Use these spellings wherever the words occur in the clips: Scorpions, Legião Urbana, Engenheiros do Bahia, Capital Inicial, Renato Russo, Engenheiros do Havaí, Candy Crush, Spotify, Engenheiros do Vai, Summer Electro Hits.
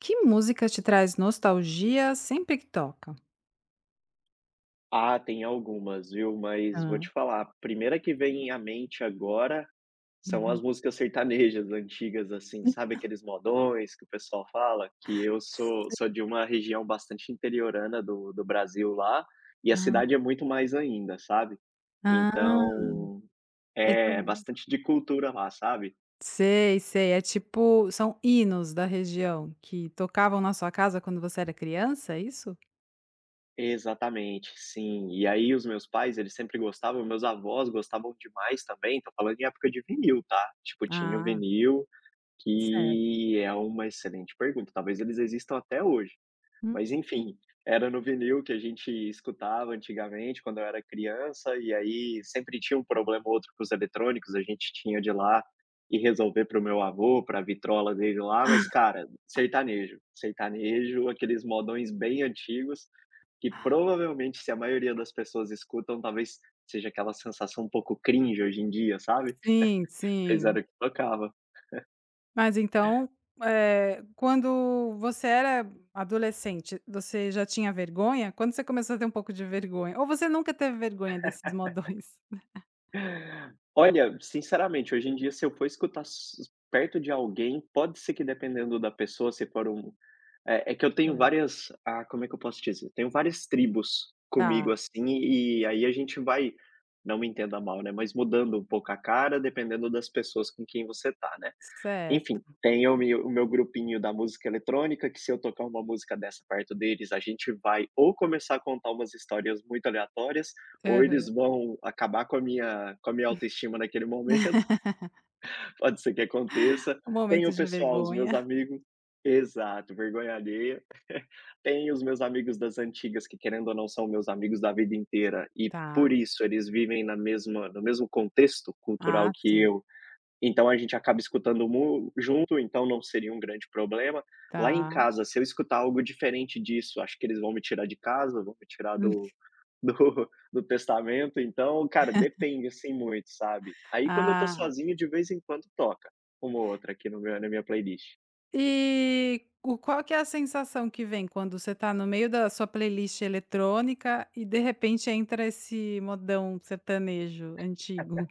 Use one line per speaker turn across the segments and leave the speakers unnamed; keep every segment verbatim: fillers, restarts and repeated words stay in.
Que música te traz nostalgia sempre que toca?
Ah, tem algumas, viu, mas
Hã.
vou te falar, a primeira que vem à mente agora são
Uhum.
as músicas sertanejas antigas, assim, sabe aqueles modões que o pessoal fala? Que eu sou sou de uma região bastante interiorana do do Brasil lá, e a
Ah.
cidade é muito mais ainda, sabe.
Ah,
Então é
então
bastante de cultura lá, sabe.
sei, sei, é tipo são hinos da região que tocavam na sua casa quando você era criança, é isso?
Exatamente, sim. E aí os meus pais, eles sempre gostavam, meus avós gostavam demais também, tô falando em época de vinil, tá. Tipo, tinha o
Ah,
vinil.
certo.
Que é uma excelente pergunta, talvez eles existam até hoje,
Hum.
mas enfim, era no vinil que a gente escutava antigamente quando eu era criança, e aí sempre tinha um problema ou outro com os eletrônicos, a gente tinha de ir lá e resolver para o meu avô, para a vitrola dele lá. Mas cara, sertanejo, sertanejo, aqueles modões bem antigos, que provavelmente se a maioria das pessoas escutam, talvez seja aquela sensação um pouco cringe hoje em dia, sabe,
Sim,
mas
sim.
era o que tocava.
Mas então, eh, quando você era adolescente, você já tinha vergonha? Quando você começou a ter um pouco de vergonha? Ou você nunca teve vergonha desses modões?
Olha, sinceramente, hoje em dia, se eu for escutar s perto de alguém, pode ser que dependendo da pessoa, se for um, é é que eu tenho
Hã,
várias, ah, como é que eu posso dizer? Tenho várias tribos comigo,
tá,
assim, e aí a gente vai, não me entenda mal, né, mas mudando um pouco a cara, dependendo das pessoas com quem você tá, né.
certo.
Enfim, tem o meu o meu grupinho da música eletrônica, que se eu tocar uma música dessa perto deles, a gente vai ou começar a contar umas histórias muito aleatórias, ou eles vão acabar com a minha com a minha autoestima naquele momento, pode ser que aconteça. Tem o
Momentos de
pessoal, os meus
vergonha,
amigos, exato, vergonha alheia. Tem os meus amigos das antigas que, querendo ou não, são meus amigos da vida inteira e,
tá.
por isso, eles vivem na mesma no mesmo contexto cultural
Ah,
que
sim,
eu, então a gente acaba escutando mu junto, então não seria um grande problema. Lá em
tá.
casa, se eu escutar algo diferente disso, acho que eles vão me tirar de casa, vão me tirar do do do testamento. Então, cara, depende, assim, muito, sabe. Aí quando eu tô
Ah.
sozinho, de vez em quando toca uma ou outra aqui no meu na minha playlist.
E o qual que é a sensação que vem quando você tá no meio da sua playlist eletrônica e de repente entra esse modão sertanejo antigo?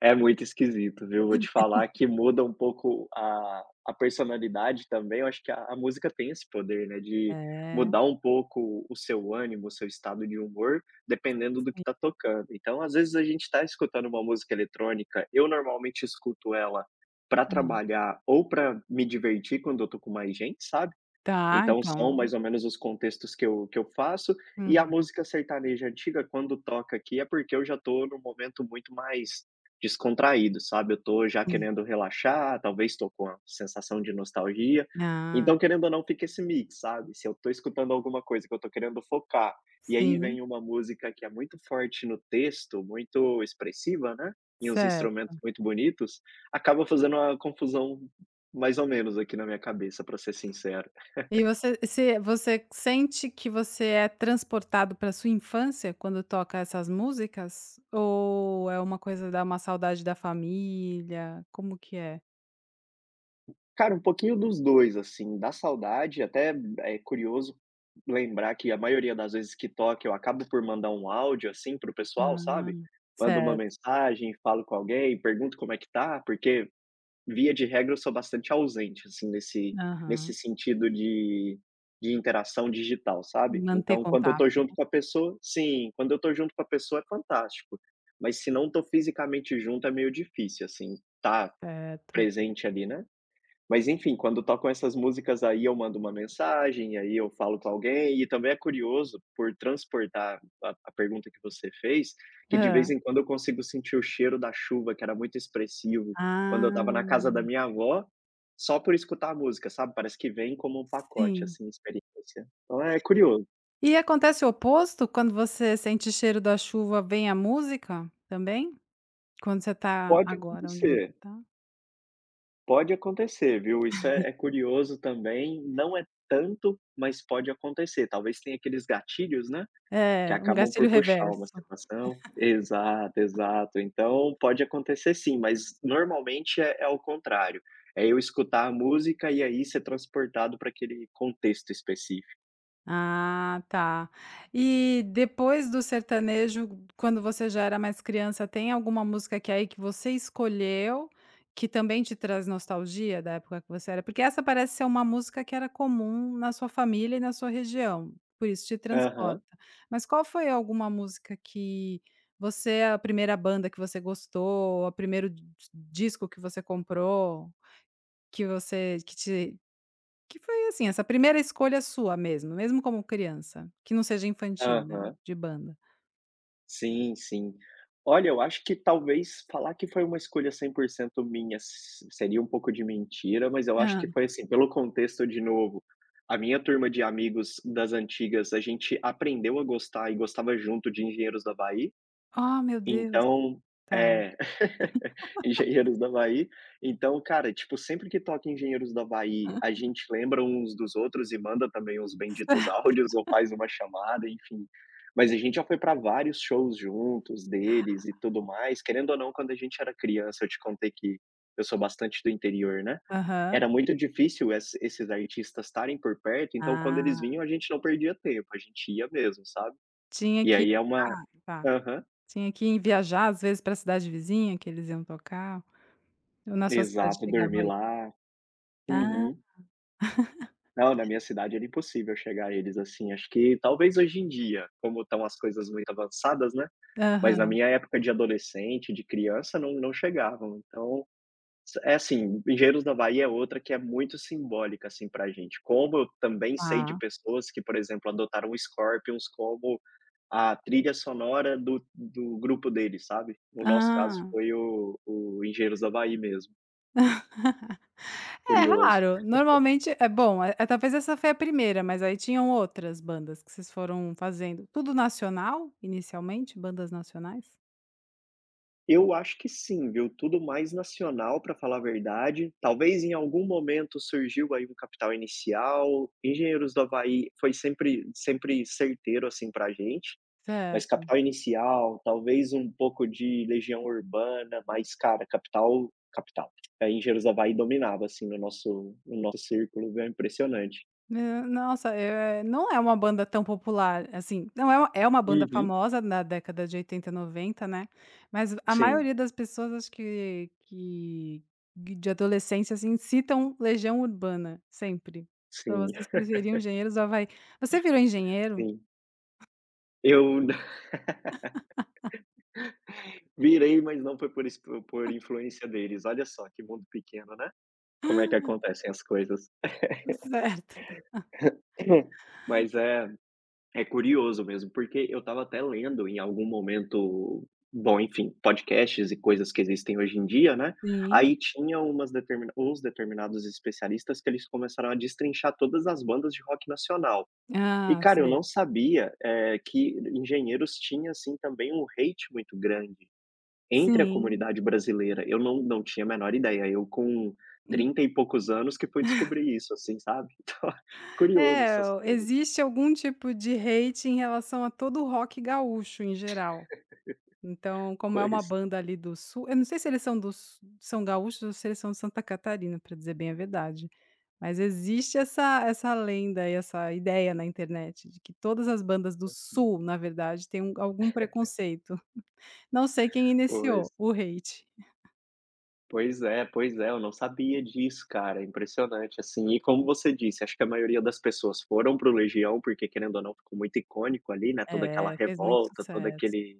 É muito esquisito, viu, vou te falar que muda um pouco a a personalidade também, eu acho que a a música tem esse poder, né, de
É,
mudar um pouco o seu ânimo, o seu estado de humor, dependendo do que
sim.
tá tocando. Então, às vezes, a gente tá escutando uma música eletrônica, eu normalmente escuto ela para trabalhar ou para me divertir quando eu tô com mais gente, sabe.
Tá,
Então são
então.
mais ou menos os contextos que eu que eu faço, e a
Uhum.
música sertaneja antiga quando toca aqui é porque eu já estou num momento muito mais descontraído, sabe, eu estou já querendo relaxar, talvez estou com a sensação de nostalgia,
Ah,
então querendo ou não fica esse mix, sabe, se eu estou escutando alguma coisa que eu estou querendo focar, e aí
sim,
vem uma música que é muito forte no texto, muito expressiva, né, e uns
certo.
instrumentos muito bonitos, acaba fazendo uma confusão mais ou menos aqui na minha cabeça, para ser sincero.
E você se você sente que você é transportado para sua infância quando toca essas músicas? Ou é uma coisa da uma saudade da família, como que é?
Cara, um pouquinho dos dois, assim, dá saudade, até é curioso lembrar que a maioria das vezes que toca eu acabo por mandar um áudio, assim, para o pessoal,
Ah,
sabe. Mando uma
certo,
mensagem, falo com alguém, pergunto como é que tá, porque via de regra eu sou bastante ausente, assim, nesse nesse
aham.
sentido de de interação digital, sabe.
Manter
Então quando eu tô
contato,
junto com a pessoa, sim, quando eu tô junto com a pessoa é fantástico, mas se não tô fisicamente junto é meio difícil, assim, tá
certo.
presente ali, né. Mas enfim, quando tocam essas músicas aí eu mando uma mensagem, aí eu falo com alguém, e também é curioso por transportar a a pergunta que você fez, que de
Hã.
vez em quando eu consigo sentir o cheiro da chuva que era muito expressivo, quando eu estava na casa
Ah,
da minha avó, só por escutar a música, sabe, parece que vem como um pacote,
sim.
assim, experiência. Então é curioso.
E acontece o oposto quando você sente cheiro da chuva, vem a música também? Quando você tá
Pode
agora onde você
acontecer,
tá?
pode acontecer, viu, isso é é curioso também, não é tanto, mas pode acontecer, talvez tenha aqueles gatilhos, né. Que
É, um
acabam por
gatilho
puxar uma
reverso.
situação. Exato, exato. Então pode acontecer, sim, mas normalmente é é ao contrário. É eu escutar a música e aí ser transportado para aquele contexto específico.
Ah, tá. E depois do sertanejo, quando você já era mais criança, tem alguma música que é aí que você escolheu, que também te traz nostalgia da época que você era? Porque essa parece ser uma música que era comum na sua família e na sua região, por isso te transporta.
Aham,
Mas qual foi alguma música que você a primeira banda que você gostou, o primeiro di disco que você comprou, que você que te que foi, assim, essa primeira escolha sua mesmo, mesmo como criança, que não seja infantil, né,
aham.
de banda.
Sim, sim. Olha, eu acho que talvez falar que foi uma escolha cem por cento minha s seria um pouco de mentira, mas eu acho
Hã.
que foi assim, pelo contexto de novo, a minha turma de amigos das antigas, a gente aprendeu a gostar e gostava junto de Engenheiros do Havaí.
Oh, meu Deus,
Então
tá.
é, Engenheiros do Havaí. Então, cara, tipo, sempre que toca Engenheiros do Havaí, a gente lembra uns dos outros e manda também os benditos áudios ou faz uma chamada, enfim. Mas a gente já foi para vários shows juntos deles e tudo mais. Querendo ou não, quando a gente era criança, eu te contei que eu sou bastante do interior, né,
Aham.
era muito difícil es esses artistas estarem por perto, então quando eles
Ah,
vinham, a gente não perdia tempo, a gente ia mesmo, sabe.
tinha
E
que
aí é uma,
tá,
aham.
tinha que ir viajar, às vezes, pra cidade vizinha que eles iam tocar, ou na sua cidade
Exato,
chegava
dormir
aí?
lá.
Ah,
Uhum. Não, na minha cidade era impossível chegar a eles, assim, acho que talvez hoje em dia, como estão as coisas muito avançadas, né, mas na
aham,
minha época de adolescente, de criança, não não chegavam, então, s- é assim, Engenheiros do Bahia é outra que é muito simbólica, assim, pra gente, como eu também sei de
tá.
pessoas que, por exemplo, adotaram o Scorpions como a trilha sonora do do grupo deles, sabe. No nosso caso
Ah,
foi o o Engenheiros do Bahia mesmo,
é
curioso.
raro, normalmente é bom, eh, talvez essa foi a primeira, mas aí tinham outras bandas que vocês foram fazendo, tudo nacional, inicialmente, bandas nacionais?
Eu acho que sim, viu, tudo mais nacional, para falar a verdade. Talvez em algum momento surgiu aí um Capital Inicial, Engenheiros do Havaí foi sempre sempre certeiro, assim, pra gente, mas
Certo.
Capital Inicial, talvez um pouco de Legião Urbana, mas cara, Capital Capital. Aí Engenheiros do Havaí dominava, assim, no nosso no nosso círculo, viu, é impressionante.
Hã, nossa, eh, não é uma banda tão popular, assim, não é uma, é uma banda
Uhum.
famosa na década de oitenta, noventa, né, mas a
Sim,
maioria das pessoas acho que que de adolescência, assim, citam Legião Urbana, sempre. Para
sim,
vocês preferir Engenheiros do vai? Você virou engenheiro?
sim. Eu virei, mas não foi por isso, por por influência deles, olha só que mundo pequeno, né? Como é que acontecem as coisas.
Certo.
Mas é, é curioso mesmo, porque eu estava até lendo em algum momento, bom, enfim, podcasts e coisas que existem hoje em dia, né,
Sim.
aí tinha umas determina uns determinados especialistas que eles começaram a destrinchar todas as bandas de rock nacional. E,
Ah,
cara, eu
sei.
não sabia, eh, que engenheiros tinha, assim, também um hate muito grande. Entre a
Sim.
comunidade brasileira, eu não não tinha a menor ideia, eu com trinta e poucos anos que fui descobrir isso, assim, sabe. Então, curioso
É,
essas coisas.
existe algum tipo de hate em relação a todo o rock gaúcho em geral. Então, como é uma
Pois,
banda ali do sul, eu não sei se eles são dos são gaúchos ou se eles são de Santa Catarina, para dizer bem a verdade. Mas existe essa essa lenda e essa ideia na internet de que todas as bandas do sul, na verdade, têm um algum preconceito. Não sei quem iniciou
pois.
o hate.
Pois é, pois é, eu não sabia disso, cara, é impressionante, assim. E como você disse, acho que a maioria das pessoas foram pro Legião, porque querendo ou não ficou muito icônico ali, né, toda aquela
É, fez muito
revolta, todo
sucesso.
aquele,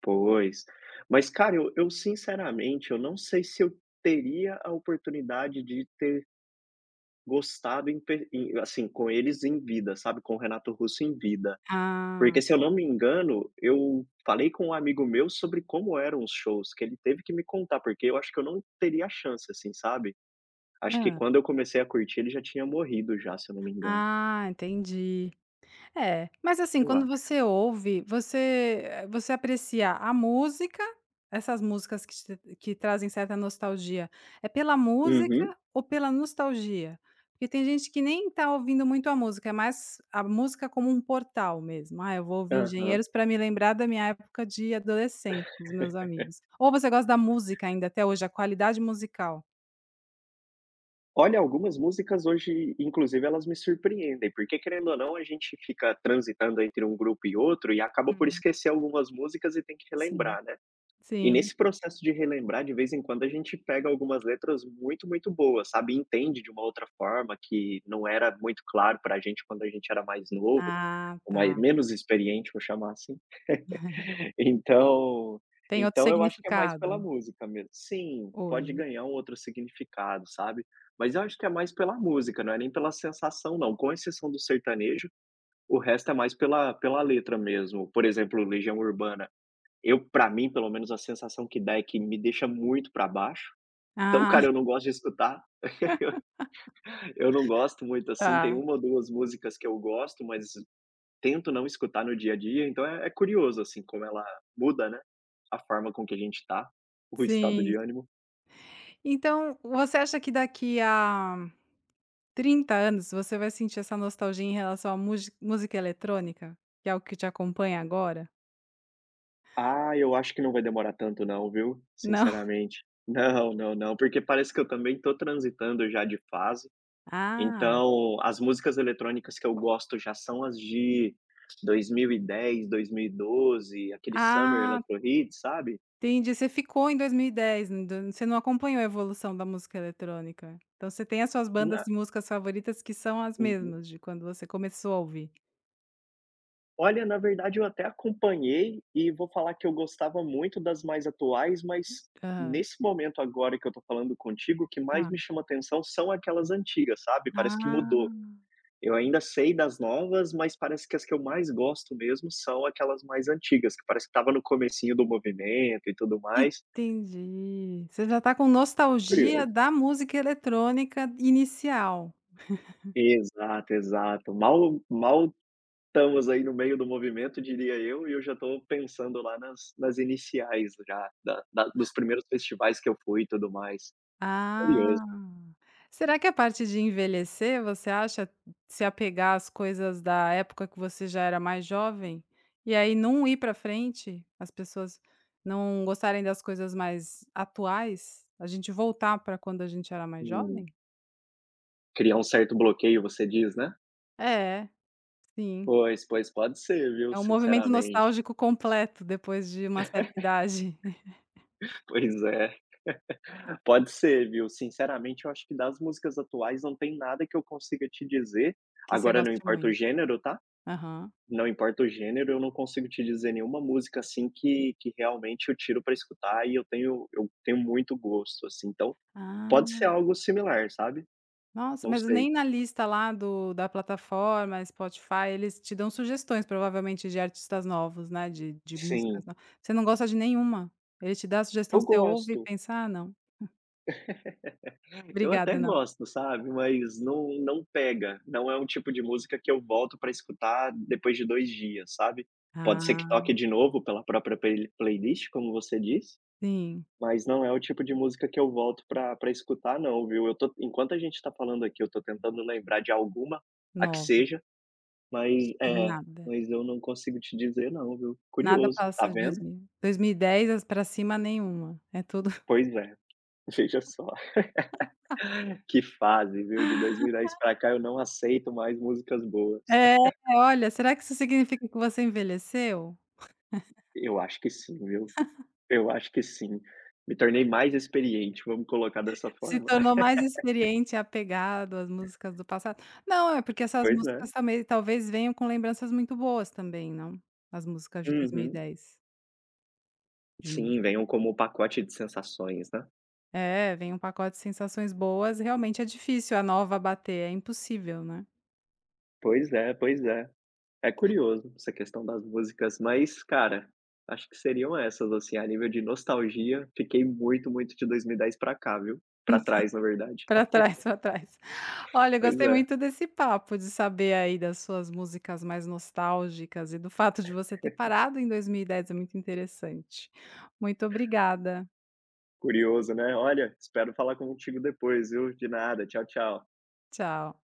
pois. Mas cara, eu eu sinceramente, eu não sei se eu teria a oportunidade de ter gostado em pe em assim, com eles em vida, sabe, com o Renato Russo em vida.
Ah.
Porque se eu não me engano, eu falei com um amigo meu sobre como eram os shows, que ele teve que me contar, porque eu acho que eu não teria a chance, assim, sabe. Acho que
Hã.
quando eu comecei a curtir ele já tinha morrido já, se eu não me engano,
Ah, entendi. É, mas assim,
eu
quando
acho.
você ouve, você eh, você aprecia a música, essas músicas que te que trazem certa nostalgia, é pela
Uhum,
música ou pela nostalgia? Porque tem gente que nem tá ouvindo muito a música, é mais a música como um portal mesmo. "Ah, eu vou ouvir
aham.
Engenheiros para me lembrar da minha época de adolescente com os meus amigos." Ou você gosta da música ainda até hoje, a qualidade musical?
Olha, algumas músicas hoje, inclusive, elas me surpreendem, porque querendo ou não, a gente fica transitando entre um grupo e outro e acaba por
Hum,
esquecer algumas músicas e tem que
sim,
relembrar, né. E
sim.
nesse processo de relembrar, de vez em quando, a gente pega algumas letras muito, muito boas, sabe, e entende de uma outra forma que não era muito claro para a gente quando a gente era mais novo,
Ah,
ou mais
tá.
menos experiente, vou chamar assim. Então
Tem outro
então eu acho que é mais pela
significado
música mesmo. Sim, pode
hoje.
ganhar um outro significado, sabe, mas eu acho que é mais pela música, não é nem pela sensação não, com exceção do sertanejo, o resto é mais pela pela letra mesmo. Por exemplo, Legião Urbana, eu, pra mim, pelo menos a sensação que dá é que me deixa muito pra baixo. Então,
Ah.
cara, eu não gosto de escutar, eu não gosto muito, assim, tem
Tá,
uma ou duas músicas que eu gosto, mas tento não escutar no dia a dia, então é é curioso, assim, como ela muda, né, a forma com que a gente tá, o estado
sim.
de ânimo.
Então, você acha que daqui a trinta anos você vai sentir essa nostalgia em relação à mugi música eletrônica? Que é o que te acompanha agora?
Ah, eu acho que não vai demorar tanto não, viu,
Não?
sinceramente. Não, não, não, porque parece que eu também tô transitando já de fase.
Ah.
Então, as músicas eletrônicas que eu gosto já são as de dois mil e dez, dois mil e doze, aquele Summer
Ah,
Electro Hits, sabe?
entendi. Você ficou em dois mil e dez, em do você não acompanhou a evolução da música eletrônica. Então você tem as suas bandas
Na
de músicas favoritas que são as
Uhum.
mesmas de quando você começou a ouvir.
Olha, na verdade eu até acompanhei e vou falar que eu gostava muito das mais atuais, mas
Aham,
nesse momento agora que eu tô falando contigo, o que mais
tá.
me chama atenção são aquelas antigas, sabe? Parece que mudou.
Ah.
Eu ainda sei das novas, mas parece que as que eu mais gosto mesmo são aquelas mais antigas, que parece que estava no comecinho do movimento e tudo mais.
Entendi. Você já tá com nostalgia da música eletrônica inicial.
Exato, exato. Mal mal estamos aí no meio do movimento, diria eu, e eu já estou pensando lá nas nas iniciais já da da dos primeiros festivais que eu fui e tudo mais. Curioso.
Ah. Será que a parte de envelhecer, você acha, se apegar às coisas da época que você já era mais jovem, e aí não ir pra frente, as pessoas não gostarem das coisas mais atuais, a gente voltar pra quando a gente era mais jovem?
Hum, Criar um certo bloqueio, você diz, né?
É, sim.
Pois, pois, pode ser, viu,
É um movimento
sinceramente.
nostálgico completo depois de uma certa idade,
Pois é, pode ser, viu. Sinceramente, eu acho que das músicas atuais não tem nada que eu consiga te dizer,
que você
agora não
gosta
importa o
muito.
gênero, tá?
Aham.
Não importa o gênero, eu não consigo te dizer nenhuma música, assim, que que realmente eu tiro pra escutar e eu tenho eu tenho muito gosto, assim. Então, pode
Ah,
ser algo similar, sabe.
nossa,
Não
mas nem
sei.
na lista lá do da plataforma Spotify, eles te dão sugestões provavelmente de artistas novos, né, de de músicas
Sim.
novas. Você não gosta de nenhuma? Ele te dá a sugestão,
Eu
você ouve e
gosto,
pensa: "Ah, não,
eu até
obrigada, não."
gosto, sabe, mas não não pega. Não é um tipo de música que eu volto pra escutar depois de dois dias, sabe. Pode ser que
Ah,
toque de novo pela própria play playlist, como você disse.
sim,
Mas não é o tipo de música que eu volto pra pra escutar não, viu. Eu tô enquanto a gente tá falando aqui, eu tô tentando lembrar de alguma, a que
nova,
seja, mas
e
é,
nada.
mas eu não consigo te dizer não, viu.
Nada
Curioso, tá
passa de dois
vendo?
mil dois mil e dez para cima, nenhuma, é tudo.
Pois é, veja só. Que fase, viu, de dois mil e dez pra cá eu não aceito mais músicas boas.
É, olha, será que isso significa que você envelheceu?
Eu acho que sim, viu. Eu acho que sim. Me tornei mais experiente, vamos colocar dessa
Se
forma.
tornou mais experiente, apegado às músicas do passado. Não, é porque essas
Pois é.
músicas também talvez venham com lembranças muito boas também, não? As músicas de dois mil e
Uhum.
dez? De mu
Sim, venham como pacote de sensações, né.
É, vem um pacote de sensações boas, realmente é difícil a nova bater, é impossível, né.
Pois é, pois é. É curioso essa questão das músicas, mas, cara, acho que seriam essas, assim, a nível de nostalgia, fiquei muito, muito de dois mil e dez pra cá, viu? Pra trás, na verdade.
Para trás, para trás. Olha,
Pois
gostei
é,
muito desse papo, de saber aí das suas músicas mais nostálgicas, e do fato de você ter parado em dois mil e dez é muito interessante. Muito obrigada.
curioso, né? Olha, espero falar contigo depois, viu? De nada, tchau, tchau.
Tchau.